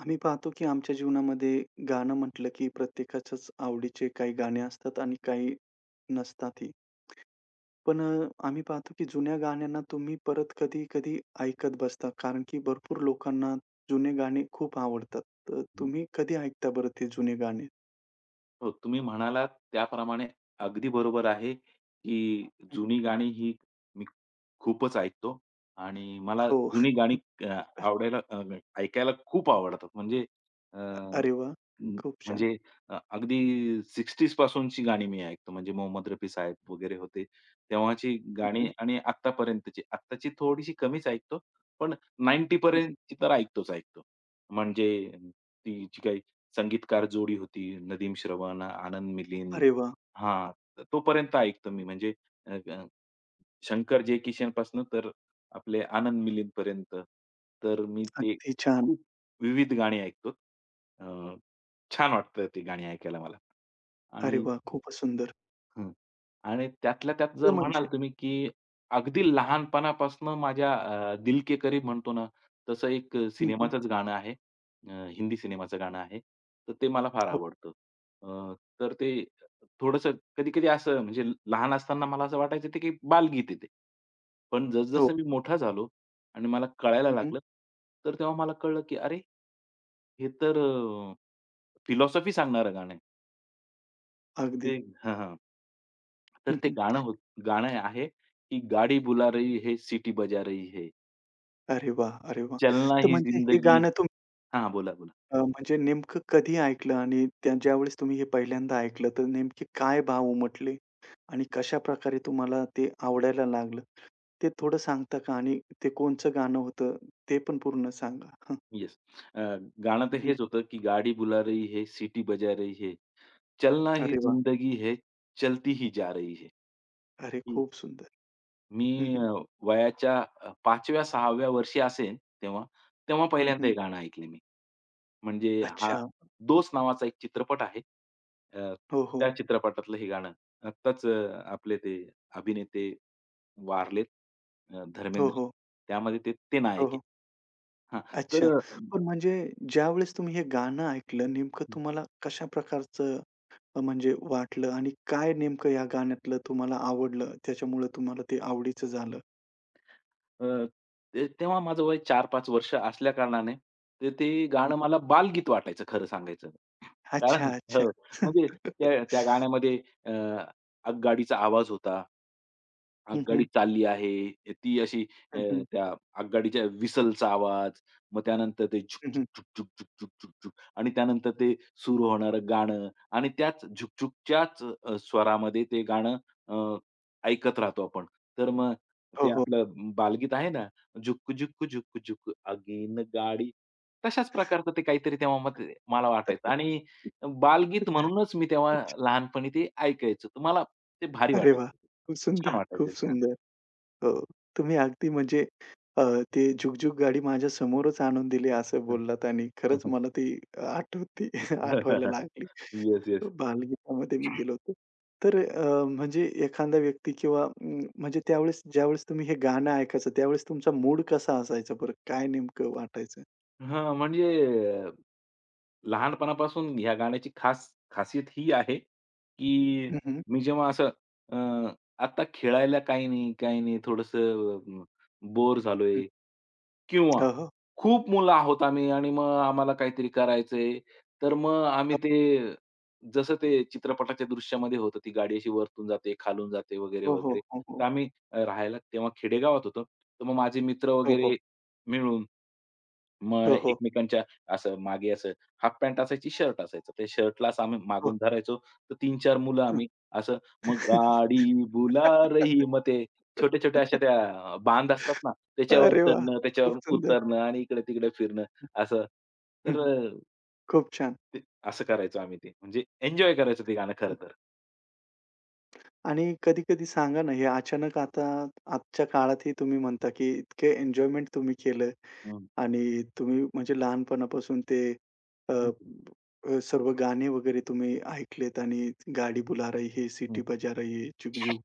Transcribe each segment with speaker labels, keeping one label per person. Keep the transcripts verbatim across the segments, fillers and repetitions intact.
Speaker 1: आम्ही पाहतो की आमच्या जीवनामध्ये गाणं म्हटलं की प्रत्येकाच्याच आवडीचे काही गाणे असतात आणि काही नसतातही. पण अ, आम्ही पाहतो की जुन्या गाण्यांना तुम्ही परत कधी-कधी ऐकत बसता कारण की भरपूर लोकांना जुने गाणे खूप आवडतात. तर
Speaker 2: हं.
Speaker 1: तुम्ही कधी ऐकता बरं ते जुने गाणे?
Speaker 2: हो, तुम्ही म्हणालात त्याप्रमाणे अगदी बरोबर आहे, की जुनी गाणी ही मी खूपच ऐकतो आणि मला
Speaker 1: हो.
Speaker 2: जुनी गाणी अ, आवडायला अ, ऐकायला खूप आवडतात. म्हणजे अ,
Speaker 1: अरे वाह!
Speaker 2: म-
Speaker 1: खूप छान.
Speaker 2: म्हणजे अ, अगदी सिक्स्टीज पासूनची गाणी मी ऐकतो. म्हणजे मोहम्मद रफी साहेब वगैरे होते, तेव्हाची
Speaker 1: हं,
Speaker 2: गाणी
Speaker 1: हं.
Speaker 2: आणि आत्तापर्यंतची. आत्ताची थोडीशी कमीच ऐकतो, पण नव्वद पर्यंतची तर ऐकतोच ऐकतो. म्हणजे ती जी काही संगीतकार जोडी होती नदीम श्रवण, आनंद मिलिंद.
Speaker 1: अरे वाह!
Speaker 2: हां, तर तोपर्यंत ऐकतो मी म्हणजे अ, अ, शंकर जयकिशनपासून तर आपले आनंद मिलिंदपर्यंत. तर मी ते
Speaker 1: अगदी छान.
Speaker 2: खूप विविध गाणी ऐकतो. अ, छान वाटतं ते गाणी ऐकायला मला.
Speaker 1: अरे
Speaker 2: आणि
Speaker 1: वाह! खूपच सुंदर.
Speaker 2: हं. आणि त्यातल्या त्यात
Speaker 1: तर
Speaker 2: जर म्हणाल
Speaker 1: म्हणजे
Speaker 2: तुम्ही, की अगदी लहानपणापासनं माझ्या अ, दिल के करीब म्हणतो ना, तसं एक
Speaker 1: हं, हं.
Speaker 2: सिनेमाचंच गाणं आहे. अ, हिंदी सिनेमाचं गाणं आहे. तर ते मला फार
Speaker 1: हो,
Speaker 2: आवडतं. अ, तर ते थोडंसं कधी-कधी असं म्हणजे लहान असताना मला असं वाटायचं ते की बालगीत आहे ते. पण
Speaker 1: हो.
Speaker 2: जसं-जसं मी मोठा झालो आणि मला कळायला
Speaker 1: हं, हं.
Speaker 2: लागलं, तर तेव्हा मला कळलं, की अरे, हे तर अ, फिलॉसॉफी सांगणारं गाणं आहे. ते
Speaker 1: अगदी.
Speaker 2: हां, हां. तर
Speaker 1: हं,
Speaker 2: ते
Speaker 1: हं.
Speaker 2: गाणं होत गाणं आहे, की गाडी बुला रही है, सिटी बजा रही है.
Speaker 1: अरे वाह! अरे वाह!
Speaker 2: चलना
Speaker 1: तर
Speaker 2: ही
Speaker 1: म्हणजे हे
Speaker 2: जिंदगी
Speaker 1: गाणं तुम्ही
Speaker 2: हां, बोला, बोला.
Speaker 1: अ, म्हणजे नेमकं कधी ऐकलं आणि त्या ज्यावेळेस तुम्ही हे पहिल्यांदा ऐकलं, तर नेमके काय भाव उमटले आणि कशाप्रकारे तुम्हाला ते आवडायला लागलं? ते थोडं सांगता का? आणि ते कोणचं गाणं होतं ते पण पूर्ण सांगा? हं,
Speaker 2: येस. गाणं तर
Speaker 1: हं.
Speaker 2: हेच होतं, की गाडी बुला रही है, सिटी बजा रही है. चलना ही
Speaker 1: अरे वाह!
Speaker 2: जिंदगी है, चलती ही जा रही है.
Speaker 1: अरे
Speaker 2: की
Speaker 1: खूप सुंदर. हं,
Speaker 2: मी
Speaker 1: हं.
Speaker 2: अ, वयाच्या अ, पाचव्या सहाव्या वर्षी असेन तेव्हा, तेव्हा
Speaker 1: हं,
Speaker 2: पहिल्यांदा हे
Speaker 1: हं.
Speaker 2: गाणं ऐकलं मी. म्हणजे हा
Speaker 1: अच्छा.
Speaker 2: दोस्त नावाचा एक चित्रपट आहे. अ,
Speaker 1: हो, हो.
Speaker 2: त्या चित्रपटातलं हे गाणं. आत्ताच अ, आपले ते अभिनेते वारलेत अ,
Speaker 1: हो,
Speaker 2: धर्मेंद्र.
Speaker 1: हो.
Speaker 2: त्यामध्ये ते ते
Speaker 1: हो,
Speaker 2: नायक आहे.
Speaker 1: हो.
Speaker 2: हां,
Speaker 1: अच्छा.
Speaker 2: तर
Speaker 1: पण म्हणजे ज्यावेळेस तुम्ही हे गाणं ऐकलं, नेमकं तुम्हाला कशा प्रकारचं अ, म्हणजे वाटलं आणि काय नेमकं या गाण्यातलं तुम्हाला आवडलं, त्याच्यामुळे तुम्हाला ते आवडीचं झालं?
Speaker 2: अ, अ, ते तेव्हा माझं वय चार-पाच वर्ष असल्याकारणाने ते ते
Speaker 1: हं,
Speaker 2: गाणं
Speaker 1: हं.
Speaker 2: मला बालगीत वाटायचं खरं सांगायचं. कारण
Speaker 1: अच्छा, अच्छा.
Speaker 2: हो, म्हणजे त्या त्या गाण्यामध्ये अ, आगगाडीचा आवाज होता.
Speaker 1: हं,
Speaker 2: आगगाडी
Speaker 1: हं.
Speaker 2: चालली आहे. ती अशी अ,
Speaker 1: हं, हं.
Speaker 2: त्या आगगाडीच्या व्हिसलचा आवाज, मग त्यानंतर ते झुक,
Speaker 1: हं, हं.
Speaker 2: झुक, झुक, झुक, झुक, झुक, झुक झुक, आणि त्यानंतर ते सुरू होणारं गाणं आणि त्याच झुक-झुकच्याच अ, स्वरामध्ये ते गाणं अ, ऐकत राहतो आपण. तर मग
Speaker 1: हो,
Speaker 2: ते
Speaker 1: हो.
Speaker 2: आपलं बालगीत आहे ना, झुक, झुक, झुक, झुक अगेन गाडी. तशाच प्रकारचं ते काहीतरी तेव्हा मग ते मला वाटायचं आणि बालगीत म्हणूनच मी तेव्हा
Speaker 1: अच्छा.
Speaker 2: लहानपणी ते ऐकायचो. तर मला ते भारी
Speaker 1: अरे वाह!
Speaker 2: वाटायचं.
Speaker 1: खूप सुंदर,
Speaker 2: छान
Speaker 1: खूप
Speaker 2: वाटायचं ते गाणं.
Speaker 1: सुंदर. हो, तुम्ही अगदी म्हणजे अ, ते जुगजुग गाडी माझ्या समोरच आणून दिली असं बोललात आणि खरंच मला ती आठवते आठवायला लागली.
Speaker 2: Yes, yes.
Speaker 1: बालगीतामध्ये मी गेलो होतो. तर अ, म्हणजे एखादा व्यक्ती किंवा अं, म्हणजे त्यावेळेस ज्यावेळेस तुम्ही हे गाणं ऐकायचं त्यावेळेस तुमचा मूड कसा असायचा बरं? काय नेमकं वाटायचं?
Speaker 2: हां, म्हणजे लहानपणापासून ह्या गाण्याची खास खासियत ही आहे, की
Speaker 1: हं, हं.
Speaker 2: मी जेव्हा असं अ, आता खेळायला काही नाही, काही नाही, थोडंसं बोर
Speaker 1: हं.
Speaker 2: झालोय किंवा
Speaker 1: हो, हो.
Speaker 2: खूप मुलं आहोत आम्ही आणि मग आम्हाला काहीतरी करायचंय. तर मग आम्ही ते जसं ते चित्रपटाच्या दृश्यामध्ये होतं, ती गाडी अशी वरतून जाते, खालून जाते वगैरे,
Speaker 1: हो, हो,
Speaker 2: वगैरे.
Speaker 1: हो, हो.
Speaker 2: तर आम्ही अ, राहायला तेव्हा खेडेगावात होतो. तर मग माझे मित्र
Speaker 1: हो, हो.
Speaker 2: वगैरे मिळून मग
Speaker 1: हो, हो.
Speaker 2: एकमेकांच्या असं मागे असं हाफ पॅन्ट असायची, शर्ट असायचं. ते शर्टलाच आम्ही
Speaker 1: हो,
Speaker 2: मागून धरायचो. तर तीन-चार मुलं आम्ही असं मग गाडी बुला रही मग ते छोट्या-छोट्या अशा त्या बांध असतात ना, त्याच्यावर
Speaker 1: अरे वाह!
Speaker 2: चढणं,
Speaker 1: खूप
Speaker 2: त्याच्यावरून
Speaker 1: सुंदर.
Speaker 2: उतरणं आणि इकडे-तिकडे फिरणं असं.
Speaker 1: हं,
Speaker 2: तर
Speaker 1: हं.
Speaker 2: अ,
Speaker 1: खूप छान.
Speaker 2: असं करायचो आम्ही ते. म्हणजे एन्जॉय करायचो ते गाणं खरं
Speaker 1: हं.
Speaker 2: तर.
Speaker 1: आणि कधी-कधी सांगा ना, हे अचानक आता आजच्या काळातही तुम्ही म्हणता, की इतके एन्जॉयमेंट तुम्ही केलं
Speaker 2: हं.
Speaker 1: आणि तुम्ही म्हणजे लहानपणापासून ते अ,
Speaker 2: हं,
Speaker 1: अ, सर्व गाणे वगैरे तुम्ही ऐकलेत आणि गाडी बुला रही है,
Speaker 2: हं.
Speaker 1: सिटी बजा रही है, जुग जुग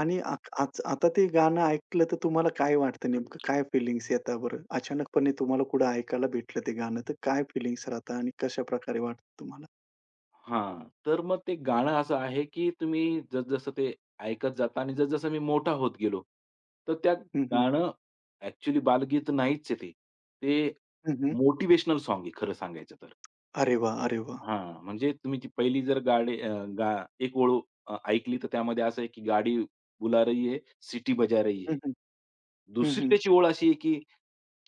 Speaker 1: आणि आ आज आता ते गाणं ऐकलं तर तुम्हाला काय वाटतं नेमकं काय फीलिंग्स येतात बरं? अचानकपणे तुम्हाला कुठं ऐकायला भेटलं ते गाणं तर काय फीलिंग्स राहतात आणि कशाप्रकारे वाटतं तुम्हाला?
Speaker 2: हां. तर मग ते गाणं असं आहे, की तुम्ही जसं ते ऐकत जाता आणि जसं मी मोठा होत गेलो, तर त्या
Speaker 1: हं, हं.
Speaker 2: गाणं ॲक्चुअली बालगीत नाहीच आहे ते. ते
Speaker 1: हं, हं.
Speaker 2: मोटिवेशनल साँग आहे खरं सांगायचं तर.
Speaker 1: अरे वाह! अरे वाह!
Speaker 2: हां, म्हणजे तुम्ही ती पहिली जर गाडी अ, गा एक ओळ अ, ऐकली तर त्यामध्ये असं आहे, की गाडी बुला रही है, सिटी बजा रही
Speaker 1: हं,
Speaker 2: है.
Speaker 1: हं. हं,
Speaker 2: दुसरी
Speaker 1: हं.
Speaker 2: त्याची ओळ अशी आहे, की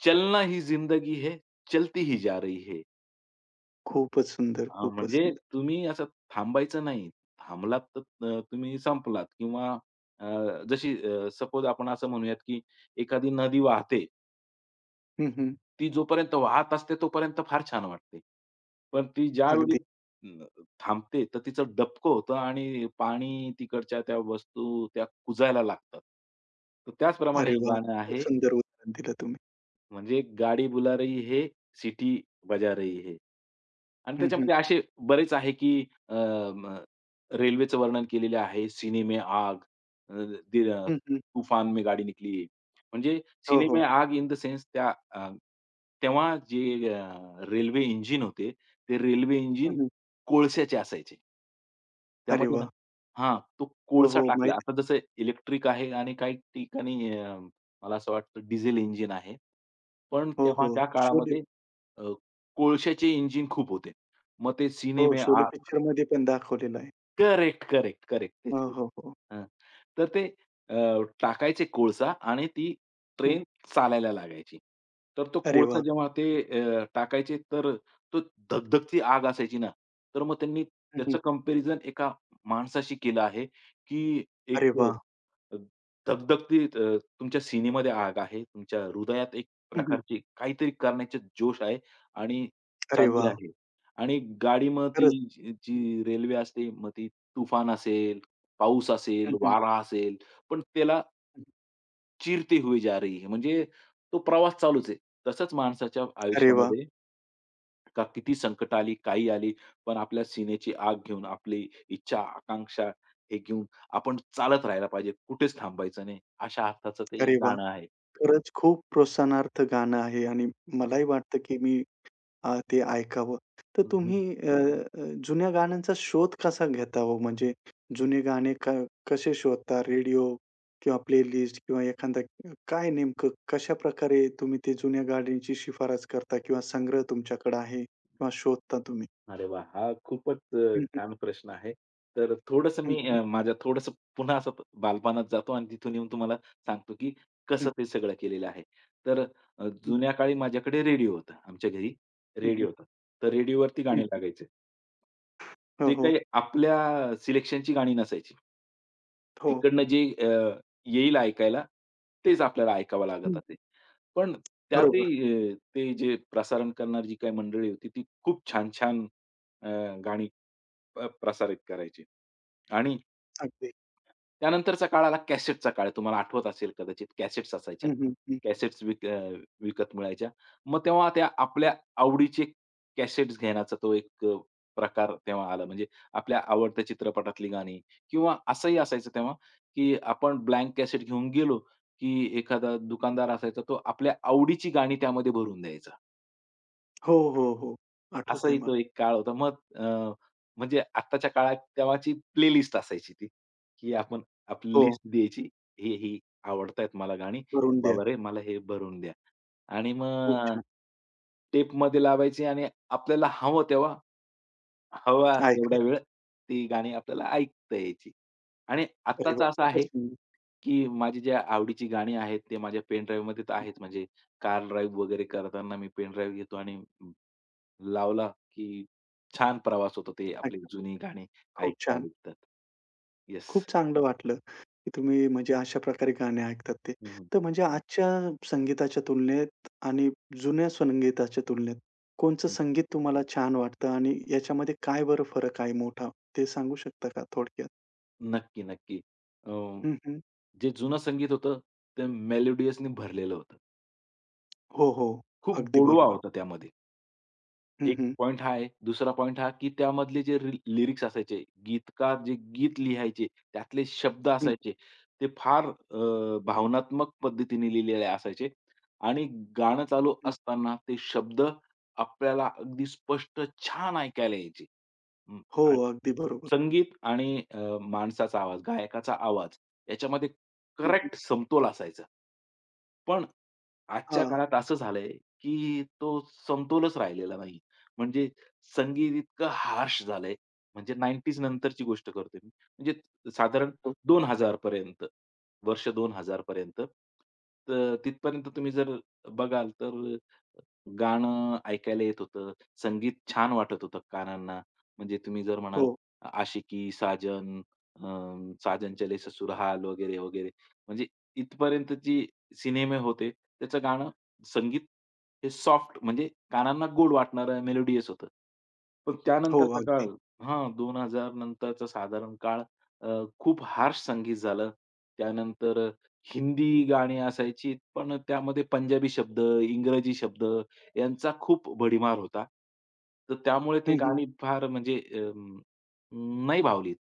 Speaker 2: चलना ही जिंदगी है, चलती ही जा रही है.
Speaker 1: खूपच सुंदर,
Speaker 2: हां,
Speaker 1: खूपच
Speaker 2: म्हणजे
Speaker 1: सुंदर.
Speaker 2: तुम्ही असं थांबायचं नाही. थांबलात तर अ, तुम्ही संपलात किंवा अ, जशी अ, सपोज आपण असं म्हणूयात, की एखादी नदी वाहते.
Speaker 1: हं, हं.
Speaker 2: ती जोपर्यंत वाहत असते तोपर्यंत फार छान वाटते. पण ती ज्यावेळी
Speaker 1: अगदी.
Speaker 2: अ, थांबते तर तिचं डबकं होतं आणि पाणी तिकडच्या त्या वस्तू त्या कुजायला लागतात. तर त्याचप्रमाणे
Speaker 1: अरे
Speaker 2: हे
Speaker 1: वाह!
Speaker 2: गाणं
Speaker 1: खूपच
Speaker 2: आहे
Speaker 1: सुंदर उदाहरण दिलं तुम्ही.
Speaker 2: म्हणजे गाडी बुला रही है, सिटी बजा रही है. आणि
Speaker 1: हं, हं.
Speaker 2: त्याच्यामध्ये असे बरेच आहे, की अ, रेल्वेचं वर्णन केलेलं आहे. "सीने आग, अ, दिल
Speaker 1: हं, हं.
Speaker 2: तूफान में गाडी निकली." म्हणजे
Speaker 1: हो, हो.
Speaker 2: सीने आग इन द सेन्स त्या अ, तेव्हा जे अ, रेल्वे इंजिन होते, ते रेल्वे
Speaker 1: हं,
Speaker 2: इंजिन
Speaker 1: हं.
Speaker 2: कोळशाचे असायचे.
Speaker 1: अरे
Speaker 2: त्यामध्ये ना
Speaker 1: वाह!
Speaker 2: हां, तो
Speaker 1: हो,
Speaker 2: कोळसा
Speaker 1: हो.
Speaker 2: टाकला.
Speaker 1: माहिती
Speaker 2: आता जसं इलेक्ट्रिक आहे आणि काही ठिकाणी मला असं वाटतं डिझेल इंजिन आहे. पण
Speaker 1: हो,
Speaker 2: तेव्हा
Speaker 1: हो.
Speaker 2: त्या
Speaker 1: शोले
Speaker 2: काळामध्ये अ, कोळशाचे इंजिन खूप होते. मग ते
Speaker 1: हो,
Speaker 2: सिनेमे
Speaker 1: शोले
Speaker 2: आ
Speaker 1: पिक्चरमध्ये पण दाखवलेलं आहे.
Speaker 2: Correct, correct, correct. तेच,
Speaker 1: हो,
Speaker 2: तेच.
Speaker 1: हो, हो.
Speaker 2: हां. तर ते अ, टाकायचे कोळसा आणि ती
Speaker 1: हं.
Speaker 2: ट्रेन चालायला लागायची. तर तो
Speaker 1: अरे
Speaker 2: कोळसा
Speaker 1: वाह!
Speaker 2: जेव्हा ते अ, टाकायचे तर तो धगधगती आग असायची ना, तर मग त्यांनी
Speaker 1: हं, हं.
Speaker 2: त्याचं कंपॅरिझन एका माणसाशी केलं आहे, की एक
Speaker 1: अरे वाह!
Speaker 2: अ, धगधगती अ, तुमच्या सीनेमध्ये आग आहे, तुमच्या हृदयात एक
Speaker 1: हं, हं.
Speaker 2: प्रकारची काहीतरी करण्याचे जोश आहे आणि
Speaker 1: अरे
Speaker 2: चालली
Speaker 1: वाह!
Speaker 2: आहे. आणि गाडी मग ती
Speaker 1: खरंच.
Speaker 2: जी जी रेल्वे असते, मग ती तुफान असेल, पाऊस असेल,
Speaker 1: हं, हं.
Speaker 2: वारा असेल, पण त्याला
Speaker 1: हं.
Speaker 2: चिरते हुए जा रही है. म्हणजे तो प्रवास चालूच आहे. तसंच माणसाच्या
Speaker 1: अरे वाह!
Speaker 2: आयुष्यामध्ये का किती संकट आली, काही आली, पण आपल्या सीनेची आग घेऊन, आपली इच्छा, आकांक्षा हे घेऊन आपण चालत राहायला पाहिजे. कुठेच थांबायचं नाही. अशा अर्थाचं ते
Speaker 1: अरे वाह!
Speaker 2: गाणं आहे.
Speaker 1: खरंच खूप प्रोत्साहनार्थ गाणं आहे आणि मलाही वाटतं, की मी हां, ते ऐकावं. तर तुम्ही
Speaker 2: हं.
Speaker 1: अ, अ, जुन्या गाण्यांचा शोध कसा घेता हो? म्हणजे जुने गाणे क कसे शोधता? रेडिओ किंवा प्लेलिस्ट किंवा एखादा काय नेमकं कशाप्रकारे तुम्ही ते जुन्या गाण्यांची शिफारस करता किंवा संग्रह तुमच्याकडे आहे किंवा शोधता तुम्ही?
Speaker 2: अरे वाह! हा खूपच अ,
Speaker 1: हं, हं,
Speaker 2: छान प्रश्न आहे. तर थोडंसं
Speaker 1: हं,
Speaker 2: मी
Speaker 1: हं,
Speaker 2: अ, माझ्या थोडंसं पुन्हा असं बालपणात जातो आणि तिथून येऊन तुम्हाला सांगतो, की कसं ते सगळं केलेलं आहे. तर अ,
Speaker 1: हं, हं,
Speaker 2: जुन्या काळी माझ्याकडे रेडिओ होता. आमच्या घरी
Speaker 1: हं,
Speaker 2: रेडिओ
Speaker 1: हं,
Speaker 2: होता. तर रेडिओवरती
Speaker 1: हं.
Speaker 2: गाणी लागायचे.
Speaker 1: हो,
Speaker 2: ते
Speaker 1: हो.
Speaker 2: काही आपल्या सिलेक्शनची गाणी नसायची.
Speaker 1: हो.
Speaker 2: तिकडनं जे अ, येईल ऐकायला, तेच आपल्याला ऐकावं लागत
Speaker 1: हं,
Speaker 2: असे. पण त्यातही
Speaker 1: बरोबर.
Speaker 2: अ, ते जे प्रसारण करणारी जी काही मंडळी होती, ती खूप छान-छान अ, गाणी अ, प्रसारित करायची आणि
Speaker 1: अगदी.
Speaker 2: त्यानंतरचा काळ आला कॅसेटचा काळ. तुम्हाला आठवत असेल कदाचित कॅसेट्स
Speaker 1: हं,
Speaker 2: असायच्या.
Speaker 1: हं, हं.
Speaker 2: कॅसेट्स विक अ, विकत मिळायच्या. मग तेव्हा त्या आपल्या आवडीचे कॅसेट्स घेण्याचा तो एक अ, प्रकार तेव्हा आला. म्हणजे आपल्या आवडत्या चित्रपटातली गाणी किंवा असंही असायचं तेव्हा, की आपण ब्लँक कॅसेट घेऊन गेलो, की एखादा दुकानदार असायचा तो आपल्या आवडीची गाणी त्यामध्ये भरून द्यायचा.
Speaker 1: हो, हो, हो. आठवतंय
Speaker 2: असाही तो
Speaker 1: मला.
Speaker 2: एक काळ होता. मग अ, म्हणजे आत्ताच्या काळात तेव्हाची प्लेलिस्ट असायची ती, की आपण आपली
Speaker 1: हो,
Speaker 2: लिस्ट द्यायची, ही, ही आवडतायत मला गाणी,
Speaker 1: करून द्या.
Speaker 2: बाबा रे मला हे भरून द्या. आणि
Speaker 1: खूप
Speaker 2: मग
Speaker 1: छान.
Speaker 2: टेपमध्ये लावायची आणि आपल्याला हवं तेव्हा, हवा तेवढा
Speaker 1: ऐकायचं.
Speaker 2: वेळ ती गाणी आपल्याला ऐकता यायची. आणि
Speaker 1: अरे
Speaker 2: आत्ताचं
Speaker 1: वाह!
Speaker 2: असं
Speaker 1: खूपच
Speaker 2: आहे,
Speaker 1: सुंदर.
Speaker 2: की माझी जी आवडीची गाणी आहेत, ते माझ्या पेन ड्राईव्हमध्ये तर आहेच. म्हणजे कार ड्राईव्ह वगैरे करताना मी पेन ड्राईव्ह घेतो आणि लावला, की छान प्रवास होतो ते आपली जुनी गाणी
Speaker 1: खूप छान.
Speaker 2: ऐकता-ऐकता.
Speaker 1: खूप
Speaker 2: येस.
Speaker 1: चांगलं वाटलं, की तुम्ही म्हणजे अशा प्रकारे गाणे ऐकतात ते.
Speaker 2: हं,
Speaker 1: तर म्हणजे आजच्या संगीताच्या तुलनेत आणि जुन्या संगीताच्या तुलनेत कोणचं संगीत तुम्हाला छान वाटतं आणि याच्यामध्ये काय बरं फरक आहे मोठा? ते सांगू शकता का थोडक्यात?
Speaker 2: नक्की, नक्की. अ,
Speaker 1: हं, हं.
Speaker 2: जे जुनं संगीत होतं, ते मेलोडियसनी भरलेलं होतं.
Speaker 1: हो, हो.
Speaker 2: खूप
Speaker 1: अगदी
Speaker 2: गोडवा
Speaker 1: बरोबर.
Speaker 2: होता त्यामध्ये.
Speaker 1: हं,
Speaker 2: एक
Speaker 1: हं.
Speaker 2: पॉइंट हा आहे. दुसरा पॉइंट हा, की त्यामधले जे रि लिरिक्स असायचे, गीतकार जे गीत लिहायचे, त्यातले शब्द
Speaker 1: हं,
Speaker 2: असायचे, ते फार अ, भावनात्मक पद्धतीने लिहिलेले असायचे आणि गाणं चालू
Speaker 1: हं.
Speaker 2: असताना ते शब्द आपल्याला अगदी स्पष्ट छान ऐकायला यायचे. हं.
Speaker 1: हो,
Speaker 2: आणि
Speaker 1: अगदी बरोबर.
Speaker 2: संगीत आणि अ, माणसाचा आवाज, गायकाचा आवाज याच्यामध्ये
Speaker 1: हं, हं.
Speaker 2: करेक्ट समतोल असायचा. पण आजच्या
Speaker 1: हां.
Speaker 2: काळात असं झालंय, की तो समतोलच राहिलेला नाही. म्हणजे संगीत इतकं हार्श झालंय, म्हणजे नाइंटीज नंतरची गोष्ट करतोय मी. म्हणजे साधारण
Speaker 1: हो,
Speaker 2: दोन हजार पर्यंत, वर्ष दोन हजार पर्यंत. तर तिथपर्यंत तुम्ही जर बघाल तर गाणं ऐकायला येत होतं. संगीत छान वाटत होतं कानांना. म्हणजे तुम्ही जर
Speaker 1: हो,
Speaker 2: म्हणाल अ, आशिकी, साजन, अ, साजन चले ससुराल वगैरे, वगैरे. म्हणजे इथपर्यंतची सिनेमे होते. त्याचं गाणं संगीत हे सॉफ्ट म्हणजे कानांना गोड वाटणारं मेलोडियस होतं. पण
Speaker 1: हो.
Speaker 2: त्यानंतरचा
Speaker 1: अगदी.
Speaker 2: काळ हां, दोन हजार नंतरचा साधारण काळ अ, खूप हार्श संगीत झालं. त्यानंतर हिंदी गाणी असायची, पण त्यामध्ये पंजाबी शब्द, इंग्रजी शब्द यांचा खूप भडीमार होता. तर त्यामुळे ते
Speaker 1: हं, हं.
Speaker 2: गाणी फार म्हणजे अं, नाही भावली.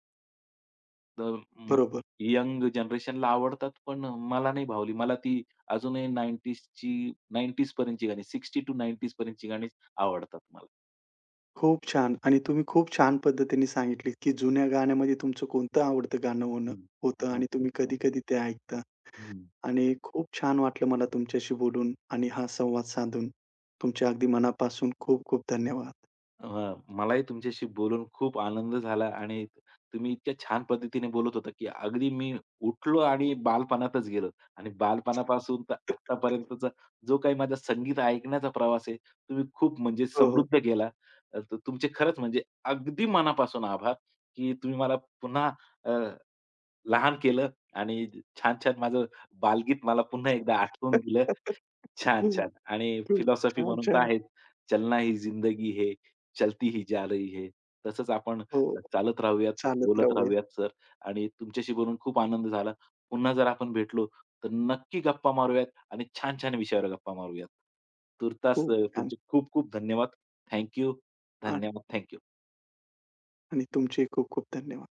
Speaker 2: तर म
Speaker 1: बरोबर.
Speaker 2: यंग जनरेशनला आवडतात, पण मला नाही भावली. मला ती अजूनही नाइंटीजची नाइंटीज पर्यंतची गाणी साठ टू नाइंटीज पर्यंतची गाणीच आवडतात मला.
Speaker 1: खूप छान आणि तुम्ही खूप छान पद्धतीने सांगितलीत, की जुन्या गाण्यामध्ये तुमचं कोणतं आवडतं गाणं होणं
Speaker 2: हं.
Speaker 1: होतं
Speaker 2: हं,
Speaker 1: आणि तुम्ही कधी-कधी ते ऐकता
Speaker 2: हं.
Speaker 1: आणि खूप छान वाटलं मला तुमच्याशी बोलून आणि हा संवाद साधून. तुमचे अगदी मनापासून खूप खूप धन्यवाद.
Speaker 2: हां, मलाही तुमच्याशी बोलून खूप आनंद झाला आणि तुम्ही इतक्या छान पद्धतीने बोलत होता, की अगदी मी उठलो आणि बालपणातच गेलो आणि बालपणापासून तर आत्तापर्यंतचा जो काही माझा संगीत ऐकण्याचा प्रवास आहे, तुम्ही खूप म्हणजे
Speaker 1: हो, हो.
Speaker 2: समृद्ध केला. अ, तर तुमचे खरंच म्हणजे अगदी मनापासून आभार, की तुम्ही मला पुन्हा अ, लहान केलं आणि छान-छान माझं बालगीत मला पुन्हा एकदा आठवून दिलं. छान, छान. आणि
Speaker 1: खूप
Speaker 2: फिलॉसॉफी
Speaker 1: छान,
Speaker 2: म्हणून तर
Speaker 1: छान.
Speaker 2: आहेच, "चलना ही जिंदगी है, चलती ही जा रही है." तसंच आपण
Speaker 1: हो,
Speaker 2: चालत राहूयात,
Speaker 1: चालत
Speaker 2: बोलत
Speaker 1: राहूया.
Speaker 2: राहूयात सर आणि तुमच्याशी बोलून खूप आनंद झाला. पुन्हा जर आपण भेटलो, तर नक्की गप्पा मारूयात आणि छान-छान विषयावर गप्पा मारूयात. तूर्तास
Speaker 1: खूप
Speaker 2: अ,
Speaker 1: छान.
Speaker 2: तुमचे खूप खूप धन्यवाद. थँक
Speaker 1: आ-
Speaker 2: धन्यवाद. थँक
Speaker 1: आणि तुमचेही खूप खूप धन्यवाद.